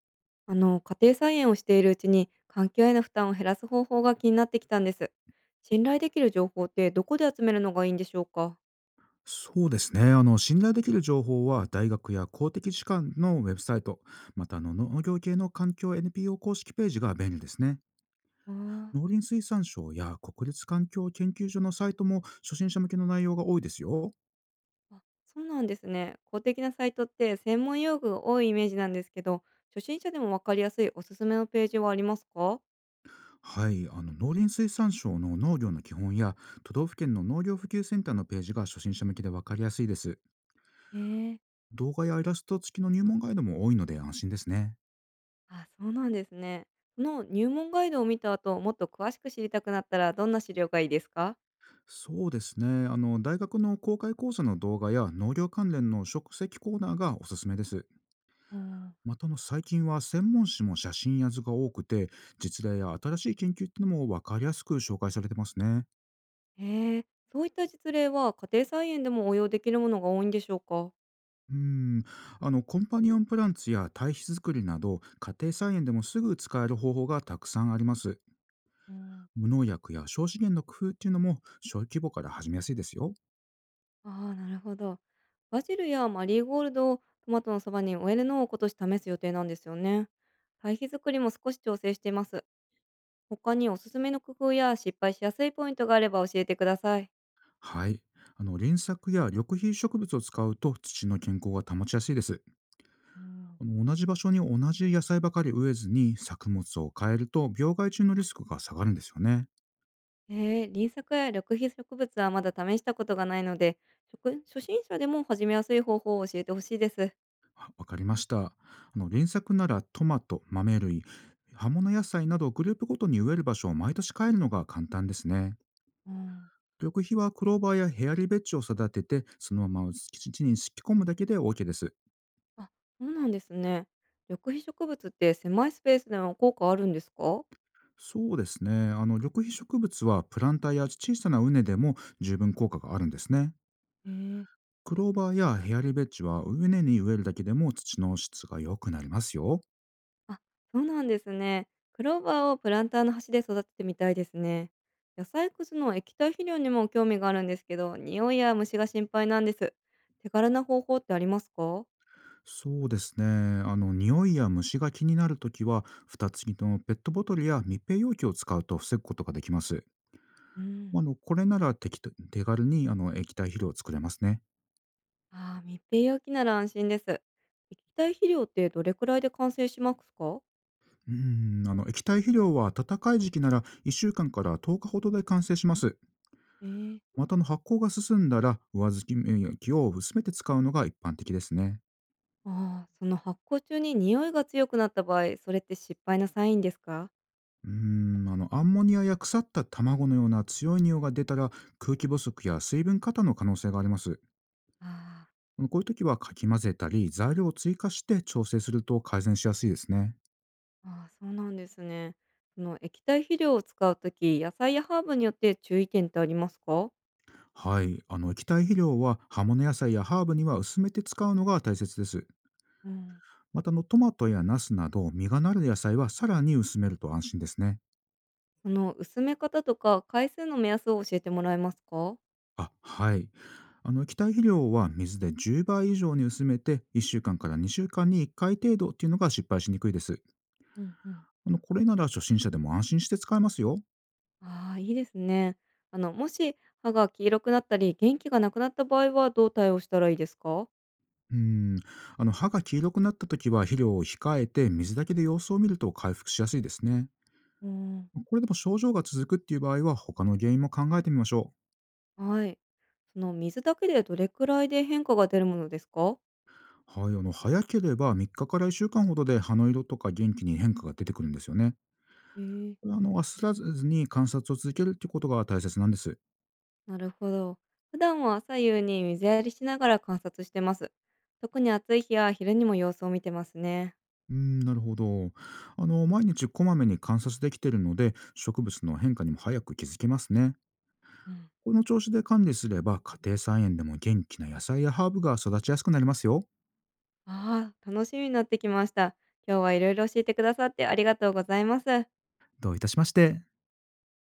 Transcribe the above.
家庭菜園をしているうちに環境への負担を減らす方法が気になってきたんです。信頼できる情報ってどこで集めるのがいいんでしょうか？そうですね。信頼できる情報は、大学や公的機関のウェブサイト、また農業系の環境 NPO 公式ページが便利ですね。あー。農林水産省や国立環境研究所のサイトも初心者向けの内容が多いですよ。あ、そうなんですね。公的なサイトって専門用具が多いイメージなんですけど、初心者でもわかりやすいおすすめのページはありますか？はい、農林水産省の農業の基本や都道府県の農業普及センターのページが初心者向けで分かりやすいです。えー。動画やイラスト付きの入門ガイドも多いので安心ですね。あ、そうなんですね。その入門ガイドを見た後、もっと詳しく知りたくなったらどんな資料がいいですか？そうですね。大学の公開講座の動画や農業関連の食石コーナーがおすすめです。うん。また最近は専門誌も写真や図が多くて、実例や新しい研究ってのも分かりやすく紹介されてますね。えー。そういった実例は家庭菜園でも応用できるものが多いんでしょうか？うん。コンパニオンプランツや堆肥作りなど、家庭菜園でもすぐ使える方法がたくさんあります。うん。無農薬や小資源の工夫っていうのも小規模から始めやすいですよ。ああ、なるほど。バジルやマリーゴールドをトマトのそばに植えるのを今年試す予定なんですよね。堆肥作りも少し調整しています。他におすすめの工夫や失敗しやすいポイントがあれば教えてください。はい。輪作や緑肥植物を使うと土の健康が保ちやすいです。うん、同じ場所に同じ野菜ばかり植えずに作物を変えると病害虫のリスクが下がるんですよね。えー、輪作や緑肥植物はまだ試したことがないので、食初心者でも始めやすい方法を教えてほしいです。あ、わかりました。輪作ならトマト、豆類、葉物野菜などグループごとに植える場所を毎年変えるのが簡単ですね。うん。緑肥はクローバーやヘアリベッジを育ててそのまま敷地に敷き込むだけで OK です。あ、そうなんですね。緑肥植物って狭いスペースでも効果あるんですか？そうですね。緑肥植物はプランターや小さな畝でも十分効果があるんですね。へえ。クローバーやヘアリベッジは上根に植えるだけでも土の質が良くなりますよ。あ、そうなんですね。クローバーをプランターの端で育ててみたいですね。野菜くずの液体肥料にも興味があるんですけど、匂いや虫が心配なんです。手軽な方法ってありますか？そうですね。匂いや虫が気になるときは、蓋付きのペットボトルや密閉容器を使うと防ぐことができます。うん。まあの、これなら適当手軽に液体肥料を作れますね。ああ、密閉容器なら安心です。液体肥料ってどれくらいで完成しますか？うん、液体肥料は暖かい時期なら1週間かんから10日ほどで完成します。えー。また発酵が進んだら上付き免疫を薄めて使うのが一般的ですね。ああ、その発酵中に匂いが強くなった場合、それって失敗のサインですか？アンモニアや腐った卵のような強い匂いが出たら空気不足や水分過多の可能性があります。ああー。こういう時はかき混ぜたり材料を追加して調整すると改善しやすいですね。ああ、そうなんですね。その液体肥料を使うとき、野菜やハーブによって注意点ってありますか？はい、液体肥料は葉物野菜やハーブには薄めて使うのが大切です。うん。またトマトやナスなど実がなる野菜はさらに薄めると安心ですね。その薄め方とか回数の目安を教えてもらえますか？はい。液体肥料は水で10倍以上に薄めて1週間かんから2週間に1回程度っていうのが失敗しにくいです。うんうん。これなら初心者でも安心して使えますよ。ああ、いいですね。あの、もし歯が黄色くなったり、元気がなくなった場合はどう対応したらいいですか？うん。歯が黄色くなった時は肥料を控えて、水だけで様子を見ると回復しやすいですね。うん。これでも症状が続くっていう場合は、他の原因も考えてみましょはい。その水だけでどれくらいで変化が出るものですか？う。はい、早ければ3日かから1週間ほどで葉の色とか元気に変化が出てくるんですよね。えこえ。れは忘らずに観察を続けるっていうことが大切なんです。なるほど。普段は左右に水やりしながら観察してます。特に暑い日は昼にも様子を見てますね。うん、なるほど。毎日こまめに観察できているので、植物の変化にも早く気づきますね。うん、この調子で管理すれば、家庭菜園でも元気な野菜やハーブが育ちやすくなりますよ。ああ、楽しみになってきました。今日はいろいろ教えてくださってありがとうございます。どういたしまして。